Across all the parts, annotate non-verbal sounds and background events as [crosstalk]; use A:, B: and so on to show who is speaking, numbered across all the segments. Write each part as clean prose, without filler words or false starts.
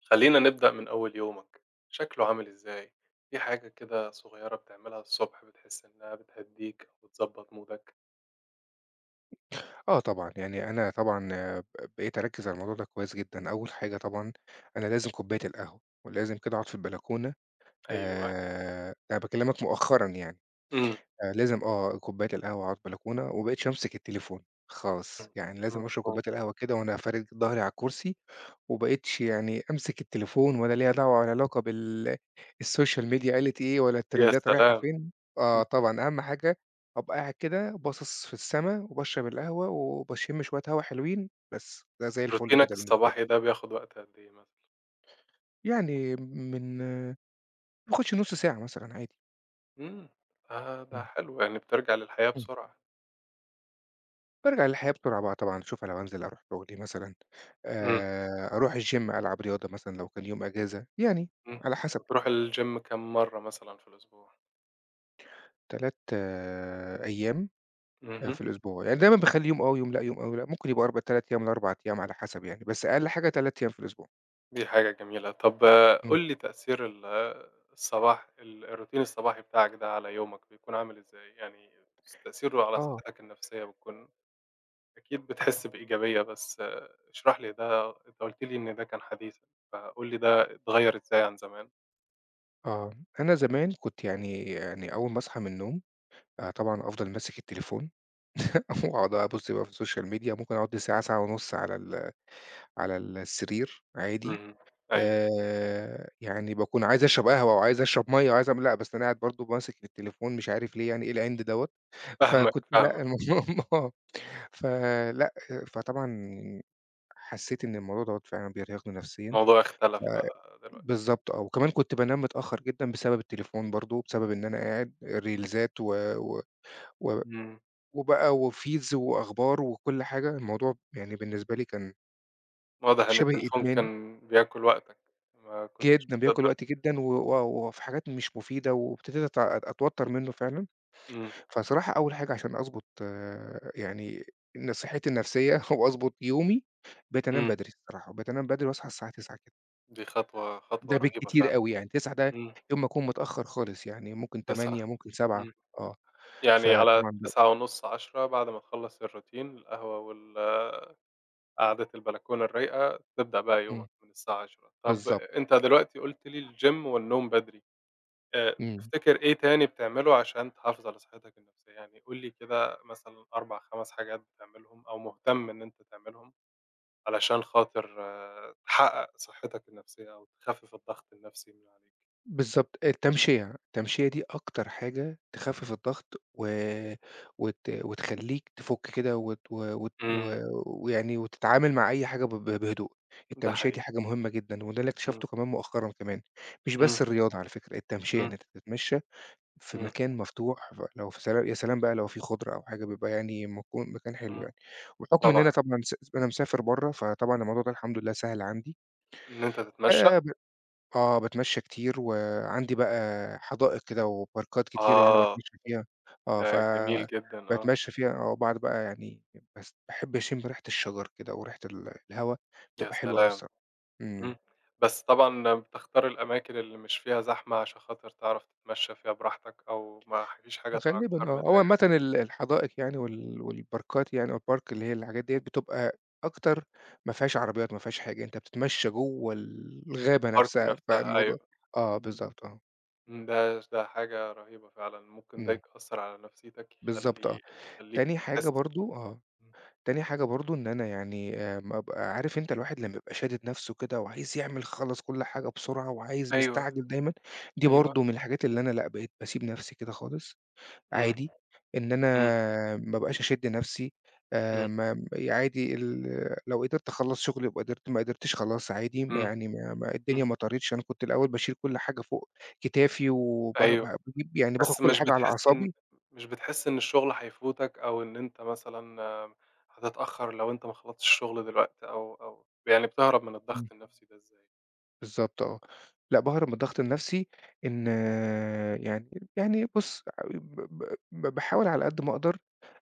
A: خلّينا نبدأ من أول يومك، شكله عامل إزاي؟ في حاجة كده صغيّرة بتعملها الصبح بتحس إنها بتهدّيك أو بتضبّط مودك؟
B: آه طبعًا، يعني أنا طبعًا ب بقيت أركّز على الموضوع ده كويس جدًا، أول حاجة طبعًا أنا لازم كوباية القهوة، ولازم كده أقعد في البلكونة.
A: أيوه.
B: أنا باكلّمك مؤخرًا يعني.
A: إمم.
B: لازم كوباية القهوة على البلكونة، وما بقيتش أمسك التليفون
A: إمم.
B: خالص، يعني لازم أشرب
A: مفهوم.
B: كوباية القهوة كده وأنا فارد ضهري على الكرسي، وما بقيتش يعني أمسك التليفون ولا ليها دعوة ولا علاقة السوشيال ميديا قالت إيه ولا
A: يا
B: الترندات رايحة
A: سلام!
B: فين.
A: إمم.
B: آه طبعًا، أهم حاجة أبقى قاعد كده باصص في السما وباشرب القهوة وباشم شوية هوا حلوين، بس ده زي الفل
A: روتينك
B: كده بالنسبة لي،
A: الصباحي ده بياخد وقت قد إيه مثلًا؟
B: يعني ما ياخدش نُص ساعة مثلًا عادي.
A: إمم. آه، ده
B: إمم.
A: حلو يعني بترجع للحياة بسرعة.
B: بارجع للحياة بسرعة بقى طبعًا، أشوف أنا بانزل أروح شغلي مثلًا،
A: إمم.
B: أروح الgym ألعب رياضة مثلًا لو كان يوم أجازة، يعني
A: إمم.
B: على حسب
A: بتروح الgym كام مرّة مثلًا في الأسبوع؟
B: 3 أيام
A: اهم.
B: في الأسبوع، يعني دايمًا باخلّي يوم آه ويوم لأ، يوم آه ويوم لأ، ممكن يبقى 3 أيام ل4 أيام على حسب يعني، بس أقل حاجة 3 أيام في الأسبوع.
A: دي حاجة جميلة. طب
B: إمم.
A: قُل لي تأثير ال الصباح ال الروتين الصباحي بتاعك ده على يومك بيكون عامل إزاي؟ يعني تأثيره على
B: آه،
A: صحتك النفسية بتكون أكيد بتحس بإيجابية، بس آه، اشرح لي ده أنت قُلت لي إن ده كان حديثًا، فقُل لي ده اتغيّر إزاي عن زمان؟
B: آه، أنا زمان كنت يعني أول ما أصحى من النوم، طبعًا أفضل ماسك التليفون [laughs] وأقعد أبُص بقى في السوشيال ميديا، ممكن أقعد لي ساعة، ساعة ونُص على السرير عادي.
A: اهم. أيوه.
B: يعني باكون عايز أشرب قهوة وعايز أشرب مَيّة وعايز أعمل لأ، بس أنا قاعد برضه ماسك التليفون مش عارف ليه يعني إيه العِند دوّة.
A: فاهمك،
B: فكنت لأ
A: فاهمك.
B: الموضوع [laughs] آه، فلأ، فطبعًا حسّيت إن الموضوع دوّة فعلًا بيرهقني نفسيًا.
A: الموضوع اختلف
B: آآ،
A: بقى دلوقتي.
B: بالضبط آه، وكمان كنت بانام متأخّر جدًا بسبب التليفون برضه، بسبب إن أنا قاعد ريلزات و و و
A: إمم.
B: وبقى وفيدز وأخبار وكل حاجة، الموضوع يعني بالنسبة لي كان
A: واضح إن
B: شبه
A: التليفون
B: إدمان
A: كان بياكل وقتك، ما كنتش
B: جدًا، بياكل
A: بتقدر.
B: وقت جدًا و و وفي حاجات مش مفيدة وابتديت أتوتّر منّه فعلًا.
A: إمم.
B: فصراحة أول حاجة عشان أضبط يعني صحّتي النفسية [laughs] وأضبط يومي، بقيت أنام
A: إمم.
B: بدري الصراحة، بقيت أنام بدري وأصحى الساعة 21:00 كده،
A: دي خطوة خطوة
B: ده
A: رهيبة
B: بالكتير
A: فعلًا.
B: أوي يعني 21:00 ده،
A: إمم.
B: يوم ما أكون متأخّر خالص يعني ممكن
A: تسعة.
B: 20:00، ممكن 19:00.
A: إمم.
B: آه،
A: يعني على
B: فطبعًا بقى
A: 9:30، 10:00 بعد ما تخلّص الروتين القهوة وال قعدة البلكونة الرايقة، تبدأ بقى يومك
B: إمم،
A: من الساعة 10:00. طَب
B: بالضبط،
A: أنت دلوقتي قُلت لي الgym والنوم بدري،
B: إمم.
A: تفتكر إيه تاني بتعمله عشان تحافظ على صحتك النفسية؟ يعني قُل لي كده مثلًا 4، 5 حاجات بتعملهم أو مهتم إن أنت تعملهم علشان خاطر تحقق صحتك النفسية أو تخفف الضغط النفسي من عليك.
B: بالضبط، التمشية، التمشية دي أكتر حاجة تخفِّف الضغط و وت وتخلّيك تفُك كده وت و وت و
A: إمم،
B: ويعني وتتعامل مع أي حاجة ب ب بهدوء.
A: ده
B: التمشية دي
A: حقيقي.
B: حاجة مهمة جدًا، وده اللي
A: إمم.
B: اكتشفته كمان مؤخرًا كمان، مش
A: إمم.
B: بس الرياضة على فكرة، التمشية
A: إمم.
B: إن أنت تتمشى في
A: إمم.
B: مكان مفتوح، لو في يا سلام بقى لو في خُضرة أو حاجة بيبقى يعني مكان حلو
A: إمم.
B: يعني، وبحُكم إن أنا
A: طبعًا.
B: طبعًا أنا مسافر برّه، فطبعًا الموضوع ده الحمد لله سهل عندي.
A: إن أنت
B: ف
A: تتمشى؟
B: آه، باتمشّى كتير، وعندي بقى حدائق كده وباركات كتيرة يعني
A: آه،
B: باتمشّى فيها. آه،
A: ده جميل جدًا آه.
B: باتمشّى فيها آه، وباقعد بقى يعني بس باحب أشم ريحة الشجر كده وريحة الهوا،
A: يا
B: بتبقى حلوة أوي
A: سلام!
B: الصراحة. إمم.
A: إمم. بس طبعًا بتختار الأماكن اللي مش فيها زحمة عشان خاطر تعرف تتمشى فيها براحتك أو ما فيش حاجة تعكّر
B: غالبًا آه، هو
A: مزاجك.
B: عامةً الحدائق يعني والباركات يعني أو الpark اللي هي الحاجات ديّة بتبقى أكتر ما فيهاش عربيات، ما فيهاش حاجة، أنت بتتمشّى جوّه الغابة
A: الpark
B: نفسها،
A: نفسها
B: فالموضوع
A: أيوه.
B: آه،
A: إمم.
B: بالضبط آه.
A: إمم. ده حاجة رهيبة فعلًا، ممكن ده
B: إمم،
A: يأثّر على نفسيتك
B: بالضبط آه.
A: يخلّي يخلّيك
B: تاني حاجة
A: تحس.
B: برضه آه.
A: إمم.
B: تاني حاجة برضه إن أنا يعني أبقى عارف أنت الواحد لمّا يبقى شادد نفسه كده وعايز يعمل خلّص كل حاجة بسرعة وعايز
A: أيوه.
B: مستعجل دايمًا، دي
A: أيوه.
B: برضه من الحاجات اللي أنا لأ، بقيت باسيب نفسي كده خالص
A: إمم.
B: عادي، إن أنا
A: إمم.
B: ما ابقاش أشِد نفسي.
A: إمم.
B: ما عادي ال لو قدرت أخلّص شغلي يبقى قدرت، ما قدرتش خلاص عادي،
A: إمم.
B: يعني ما الدنيا
A: إمم.
B: ما طارتش، أنا كنت الأول باشيل كل حاجة فوق كتافي وب ب
A: أيوه.
B: باجيب يعني باخد
A: بس
B: كل
A: مش
B: حاجة على
A: بتحس إن
B: أعصابي.
A: مش بتحس إن الشغل هيفوتك أو إن أنت مثلًا آه، هتتأخّر لو أنت ما خلصتش الشغل دلوقتي أو أو يعني بتهرب من الضغط النفسي ده إزاي؟
B: بالضبط آه. لأ باهرب من الضغط النفسي إن يعني بُص ب ب باحاول على قد ما أقدر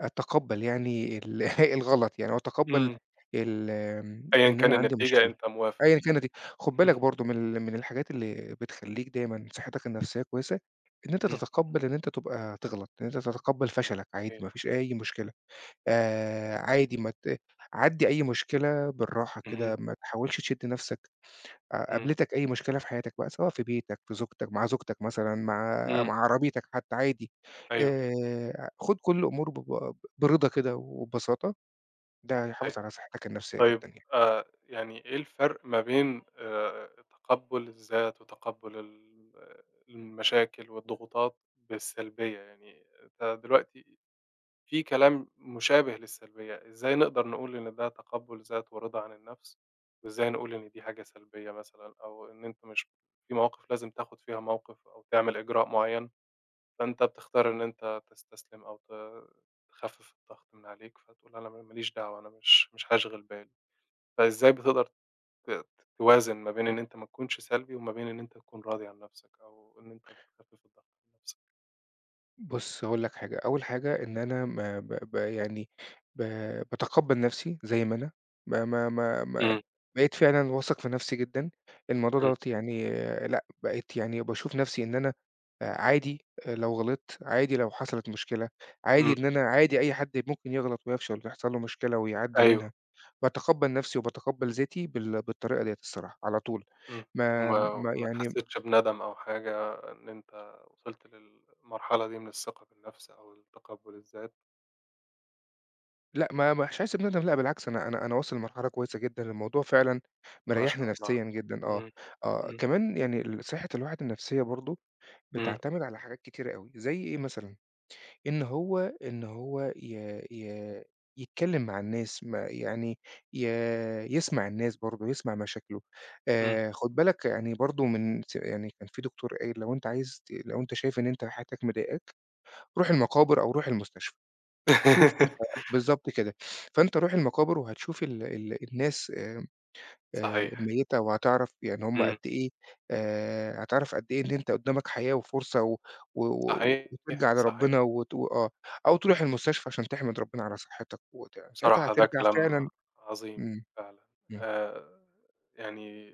B: أتقبّل يعني [laughs] الغلط يعني، وأتقبّل
A: إمم،
B: ال آمم،
A: أيًا
B: إن
A: كان
B: أنا عندي
A: النتيجة
B: مشكلة
A: أنت موافق يعني.
B: أيًا كانت هي. خُد بالك
A: اهم.
B: برضه من من الحاجات اللي بتخلّيك دايمًا صحتك النفسية كويسة، إن أنت
A: إمم.
B: تتقبّل إن أنت تبقى تغلط، إن أنت تتقبّل فشلك عادي ما
A: صحيح.
B: فيش أي مشكلة. عادي ما ت عدّي أي مشكلة بالراحة
A: اهم.
B: كده، ما تحاولش تشد نفسك.
A: إمم.
B: قابلتك أي مشكلة في حياتك بقى، سواء في بيتك، في زوجتك، زوجتك مثلًا،
A: إمم.
B: مع عربيتك حتى عادي.
A: أيوه.
B: خُد كل الأمور ب ب برضا كده وببساطة، ده
A: أيوه.
B: هيحافظ على صحتك النفسية
A: طيب
B: جدًا يعني.
A: يعني إيه الفرق ما بين تقبُّل الذات وتقبُّل ال آه، المشاكل والضغوطات بالسلبية؟ يعني أنت دلوقتي في كلام مشابه للسلبية، إزاي نقدر نقول إن ده تقبُّل ذات ورِضا عن النَفْس، وإزاي نقول إن دي حاجة سلبية مثلًا أو إن أنت مش في مواقِف لازم تاخُد فيها موقِف أو تعمل إجراء معيّن، فأنت بتختار إن أنت تستسلم أو تخفِّف الضغط من عليك، فتقول أنا ما ليش دعوة، أنا مش هاشغِل بالي، فإزاي بتقدر ت توازن ما بين إن أنت ما تكونش سلبي وما بين إن أنت تكون راضي عن نَفْسك أو إن أنت بتخفِّف الضغط من نَفْسك؟
B: بُص هاقول لك حاجة، أول حاجة إن أنا ما ب ب يعني ب باتقبّل نَفْسي زي ما أنا. ما ما ما ما
A: إمم.
B: بقيت فعلًا واثق في نَفْسي جدًا، الموضوع
A: إمم.
B: دوّة يعني آه، لأ، بقيت يعني باشوف نَفْسي إن أنا عادي، لو غلطت، عادي لو حصلت مشكلة، عادي
A: إمم.
B: إن أنا عادي أي حد ممكن يغلط ويفشل ويحصل له مشكلة ويعدّي
A: أيوه.
B: منها، باتقبّل نَفْسي وباتقبّل ذاتي بالطريقة ديّة الصراحة على طول.
A: إمم.
B: ما
A: وما
B: ما
A: وما
B: يعني
A: حسّيتش بندم أو حاجة إن أنت وصلت للمرحلة دي من الثقة بالنفس أو التقبُّل الذات؟
B: لأ، ما ما مش عايز بندم لأ، بالعكس أنا واصل لمرحلة كويسة جدًا، الموضوع فعلًا
A: ما
B: مريّحني
A: شاء الله.
B: نفسيًا جدًا آه.
A: إمم.
B: آه،
A: إمم.
B: كمان يعني صحة الواحد النفسية برضه
A: إمم.
B: بتعتمد على حاجات كتيرة أوي، زي إيه مثلًا؟ إن هو ي ي يتكلّم مع الناس، ما يعني ي يسمع الناس برضه، يسمع مشاكله.
A: إمم.
B: خُد بالك يعني برضه من يعني كان في دكتور قايل لو أنت عايز ت لو أنت شايف إن أنت حياتك مضايقاك، روح المقابر أو روح المستشفى. شوف أنت،
A: [laughs]
B: بالضبط كده. فأنت روح المقابر وهتشوف ال ال الناس
A: صحيح.
B: الميّتة، وهتعرف يعني هم
A: إمم.
B: قد إيه. هتعرف قد إيه إن أنت قدّامك حياة وفرصة و و و
A: صحيح،
B: وترجع لربنا
A: صحيح.
B: آه. أو تروح المستشفى عشان تحمد ربنا على صحّتك ساعتها
A: بصراحة ده
B: هترجع
A: كلام
B: فعلًا.
A: عظيم
B: إمم،
A: فعلًا.
B: إمم.
A: آآ يعني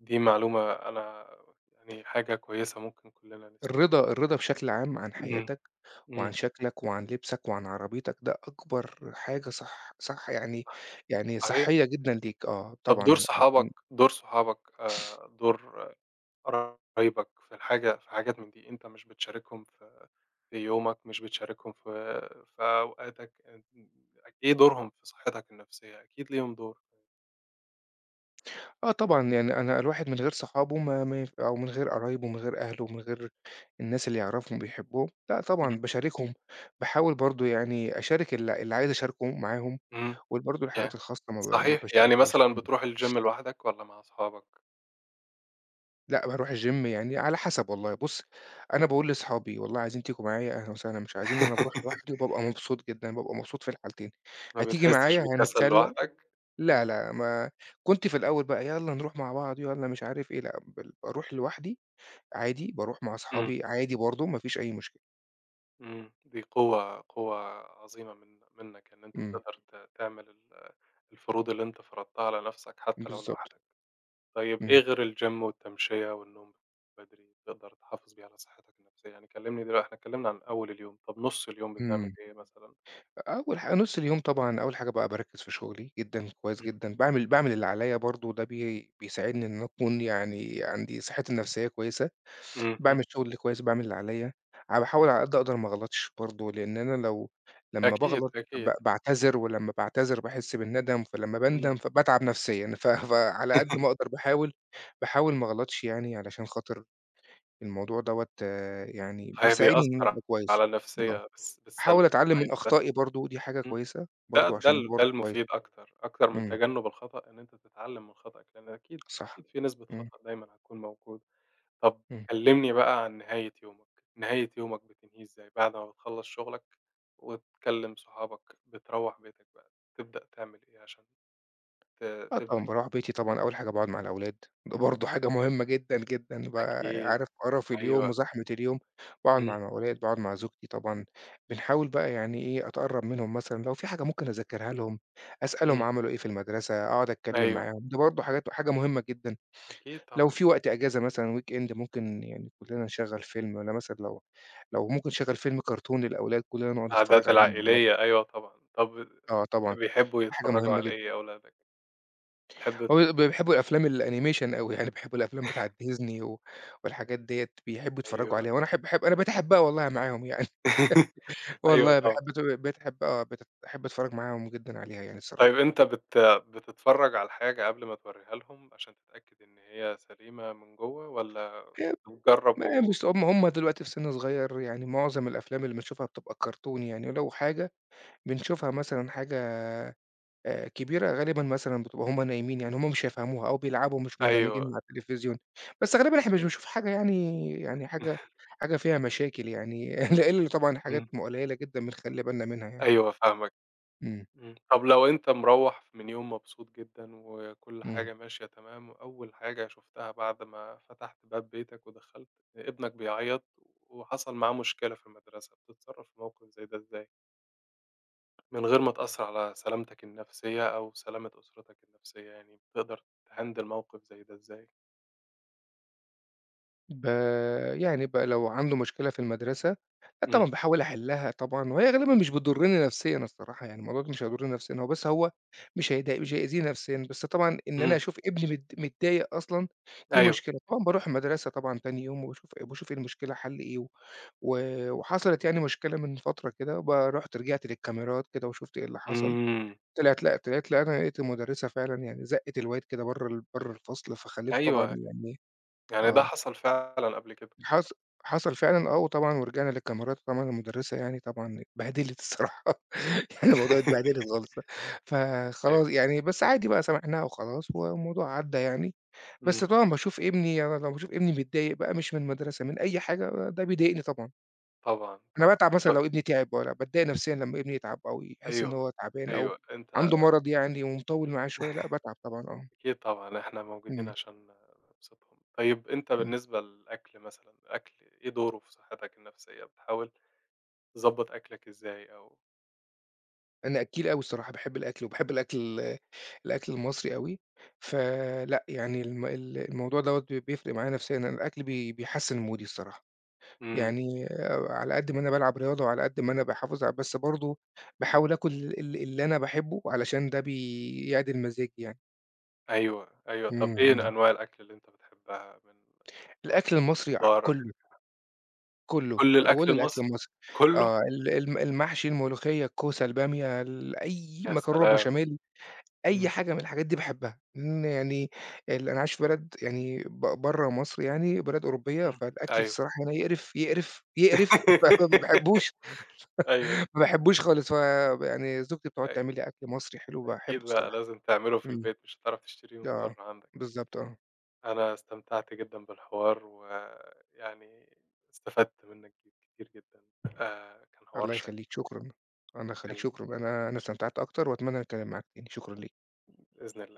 A: دي معلومة أنا يعني حاجة كويسة ممكن كُلّنا نستفيد
B: الرضا،
A: بيها.
B: بشكل عام عن
A: إمم.
B: حياتك وعن
A: إمم.
B: شكلك وعن لبسك وعن عربيتك، ده أكبر حاجة، صح صح يعني،
A: صح
B: يعني
A: صحيح.
B: صحّية جدًا ليك. آه
A: طب
B: طبعًا، آه.
A: دور صحابك دور قرايبك في الحاجة في حاجات من دي، أنت مش بتشاركهم في في يومك، مش بتشاركهم في في أوقاتك، أنت إيه دورهم في صحتك النفسية؟ أكيد ليهم دور.
B: آه طبعًا، يعني أنا الواحد من غير صحابه ما ما ينف أو من غير قرايبه، ومن غير أهله، ومن غير الناس اللي يعرفهم وبيحبهم، لأ
A: إمم.
B: طبعًا باشاركهم. باحاول برضه يعني أشارك اللي عايز أشاركه معاهم،
A: إمم.
B: وبرضه
A: يع
B: الحاجات الخاصة ما
A: صحيح، يعني
B: باشاركهاش.
A: مثلًا بتروح الgym لوحدك والّا مع أصحابك؟
B: لأ باروح الgym يعني على حسب والله، بُص أنا باقول لأصحابي والله عايزين تيجوا معايا أهلًا وسهلًا، مش عايزين أنا باروح لوحدي
A: [laughs]
B: وبابقى مبسوط جدًا، بابقى مبسوط في الحالتين.
A: ما
B: هتيجي
A: بتحسش
B: معايا
A: بكسل
B: هنتسلى،
A: لوحدك؟
B: لا،
A: إمم.
B: لا، ما كنت في الأول بقى يالّا نروح مع بعض، يالّا مش عارف إيه، لأ باروح لوحدي عادي، باروح مع
A: إمم.
B: أصحابي عادي برضه، ما فيش أي مشكلة.
A: إمم. دي قوة عظيمة من منك إن أنت
B: إمم،
A: تقدر تعمل الفروض اللي أنت فرضتها على نفسك حتى لو
B: بالضبط،
A: لوحدك. طيب إيه
B: إمم،
A: غير الgym والتمشية والنوم بدري تقدر تحافظ بيه على صحتك النفسية؟ يعني كلّمني دلوقتي إحنا اتكلّمنا عن أول اليوم، طب نُص اليوم بتعمل
B: إمم.
A: إيه مثلًا؟
B: أول حا نُص اليوم طبعًا أول حاجة بقى باركّز في شغلي جدًا، كويس جدًا، باعمل اللي عليّا برضه، ده بيساعدني إن أنا أكون يعني عندي صحتي النفسية كويسة،
A: إمم. اهم.
B: باعمل شغلي كويس، باعمل اللي عليّا. أنا باحاول على قد ما أقدر ما أغلطش برضه، لإن أنا لمّا
A: أكيد،
B: باغلط
A: أكيد.
B: باعتذر، ولمّا باعتذر باحس بالندم، فلمّا
A: إمم.
B: باندم فباتعب نفسيًا، فعلى قد ما أقدر
A: [laughs]
B: باحاول ما أغلطش يعني علشان خاطر الموضوع دوّة يعني
A: صحيح
B: بيساعدني إن أنا
A: بيأثّر
B: أبقى كويس.
A: على
B: آه.
A: النفسية بالسلب.
B: أحاول أتعلّم من
A: صحيح، بس
B: أخطائي برضه، دي حاجة
A: إمم،
B: كويسة برضه عشان ده
A: ده
B: برضه كويس.
A: المفيد أكتر، أكتر من
B: إمم،
A: تجنُّب الخطأ إن أنت تتعلّم من خطأك، لإن أكيد،
B: صح.
A: أكيد في نسبة
B: إمم،
A: خطأ دايمًا هتكون موجودة. طب
B: إمم.
A: كلّمني بقى عن نهاية يومك، نهاية يومك بتنهيه إزاي بعد ما بتخلّص شغلك وتكلّم صحابك، بتروّح بيتك بقى تبدأ تعمل إيه عشان ت
B: آه
A: تبدأ
B: طبعًا باروح
A: يومك؟
B: بيتي طبعًا، أول حاجة باقعد مع الأولاد، ده برضه حاجة مهمة جدًا، جدًا. بقى
A: أكيد.
B: عارف قرف اليوم
A: أيوه.
B: وزحمة اليوم، باقعد
A: إمم.
B: مع الأولاد، باقعد مع زوجتي طبعًا. بنحاول بقى يعني إيه، أتقرّب منهم مثلًا لو في حاجة ممكن أذاكرها لهم، أسألهم
A: إمم.
B: عملوا إيه في المدرسة، أقعد أتكلّم
A: أيوه.
B: معاهم، ده برضه حاجة مهمة جدًا.
A: أكيد
B: لو
A: طبعًا.
B: في وقت أجازة مثلًا weekend ممكن يعني كلّنا نشغّل فيلم والّا مثلًا لو ممكن نشغّل فيلم كرتون للأولاد كلّنا نقعد نتفرّج
A: العادات
B: عليه مع بعض.
A: العائلية أيوه طبعًا، طب
B: آه طبعًا، دي
A: بيحبوا
B: حاجة
A: يتفرّجوا
B: مهمة
A: على
B: جدًا.
A: إيه أولادك؟ بتحب ت.
B: هُم بيحبّوا الأفلام الأنيميشن أوي، يعني بيحبّوا الأفلام بتاعة ديزني والحاجات ديّة بيحبّوا يتفرّجوا
A: أيوه.
B: عليها، وأنا أحب أنا باتحبّها والله معاهم يعني.
A: [laughs]
B: [laughs]
A: أيوه
B: والله
A: طبعًا.
B: باحب أت باتحب آه، بت باحب أتفرّج معاهم جدًا عليها يعني الصراحة.
A: طيب أنت بتتفرّج على الحاجة قبل ما تورّيها لهم عشان تتأكد إن هي سليمة من جوّه والّا
B: آآ
A: بتجرّب
B: ما
A: و.
B: مش هُم دلوقتي في سِن صغير، يعني معظم الأفلام اللي بنشوفها بتبقى كرتون يعني، ولو حاجة بنشوفها مثلًا، حاجة كبيرة غالبًا مثلًا بتبقى هُم نايمين، يعني هُم مش هيفهموها أو بيلعبوا مش مندمجين
A: أيوه.
B: مع التلفزيون، بس غالبًا إحنا مش بنشوف حاجة يعني، حاجة فيها مشاكل يعني [laughs] إلّا، طبعًا
A: إمم.
B: حاجات قليلة جدًا بنخلّي بالنا منها يعني.
A: أيوه فاهمك.
B: إمم،
A: إمم. طب لو أنت مروّح من يوم مبسوط جدًا وكل
B: إمم.
A: حاجة ماشية تمام وأول حاجة شُفتها بعد ما فتحت باب بيتك ودخلت، ابنك بيعيّط وحصل معاه مشكلة في المدرسة، بتتصرّف في موقف زي ده إزاي؟ من غير ما تأثّر على سلامتك النفسية أو سلامة أسرتك النفسية يعني، بتقدر تhandle موقف زي ده إزاي؟
B: ب يعني ب لو عنده مشكلة في المدرسة، لأ
A: إمم.
B: طبعًا باحاول أحلّها طبعًا، وهي غالبًا مش بتضرّني نفسيًا الصراحة، يعني الموضوع ده مش هيضرني نفسيًا، هو بس هو مش هيأذيني نفسيًا، بس طبعًا إن أنا
A: إمم.
B: أشوف ابني متضايق أصلًا دي
A: أيوه.
B: مشكلة، طبعًا باروح المدرسة طبعًا تاني يوم وباشوف إيه المشكلة حَل إيه، وحصلت يعني مشكلة من فترة كده، رُحت رجعت للكاميرات كده وشُفت إيه اللي حصل،
A: إمم.
B: طلعت لأ، أنا لقيت المدرسة فعلًا يعني زقّت الواد كده برّه برّه الفصل، فخلّيته طبعًا
A: أيوه.
B: يعني
A: يعني ده
B: آه.
A: حصل فعلًا قبل كده.
B: حص حصل فعلًا آه، وطبعًا ورجعنا للكاميرات طبعًا، المُدرّسة يعني طبعًا اتبهدلِت الصراحة، [laughs] يعني الموضوع اتبهدلِت
A: [laughs]
B: خالص،
A: أيوه.
B: فخلاص يعني بس عادي بقى سامحناها وخلاص والموضوع عدّى يعني.
A: إمم.
B: بس طبعًا باشوف ابني أنا لو باشوف ابني متضايق بقى مش من المدرسة، من أي حاجة، ده بيضايقني طبعًا،
A: طبعًا،
B: أنا
A: طبعًا.
B: باتعب مثلًا
A: طب
B: لو ابني تعب، والّا باتضايق نفسيًا لمّا ابني يتعب أو يحس إن
A: أيوه،
B: هو تعبان، أو
A: أيوه. أنت
B: عنده مرض يعني ومطوّل معاه شوية، لأ باتعب طبعًا آه.
A: أكيد طبعًا إحنا موجودين
B: إمم،
A: عشان نبسطهم. طيب أنت
B: إمم.
A: بالنسبة للأكل مثلًا، الأكل إيه دوره في صحتك النفسية؟ بتحاول تضبّط أكلك إزاي أو.
B: أنا أكّيل أوي الصراحة، باحب الأكل، وباحب الأكل الأكل المصري أوي، فلأ يعني الموضوع دوّة بيفرق معايا نفسيًا، أنا الأكل بيحسّن مودي الصراحة،
A: إمم.
B: يعني آه، على قد ما أنا بالعب رياضة، وعلى قد ما أنا باحافظ ع بس برضه باحاول آكل اللي أنا باحبه علشان ده بيعدل مزاجي يعني.
A: أيوه، أيوه. طب إيه
B: اهم.
A: أنواع الأكل اللي أنت بتحبها من سواء
B: الأكل المصري
A: خضار
B: كلّه، كلّه،
A: كل
B: كل
A: الأكل
B: الأكل
A: المصري؟
B: المصري،
A: كُلّه؟
B: آه ال الم المحشي، الملوخية، الكوسة، البامية، أي
A: يا
B: مكرونة
A: سلام!
B: بشاميل. أي
A: إمم.
B: حاجة من الحاجات دي باحبها، لإن يعني أنا عايش في بلد يعني برّه مصر يعني، بلد أوروبية،
A: إمم.
B: فالأكل
A: أيوه.
B: الصراحة هنا يقرف، يقرف، يقرف، [laughs] فما
A: [laughs]
B: باحبوش،
A: أيوه.
B: ما باحبوش خالص. يعني زوجتي بتقعد
A: أ
B: تعمل لي أكل مصري حلو باحبه
A: أكيد بقى
B: الصراحة.
A: لازم تعمله في
B: إمم،
A: البيت، مش هتعرف تشتريه من
B: آه،
A: برّه عندك.
B: بالضبط آه،
A: أنا استمتعت جدًا بالحوار، ويعني استفدت منّك كتير جدًا، كان حوار
B: الله
A: شيّق،
B: يخلّيك، شكرًا، الله يخلّيك،
A: كان
B: شكرًا، أنا استمتعت أكتر وأتمنى نتكلم معاك تاني، شكرًا ليك.
A: بإذن الله.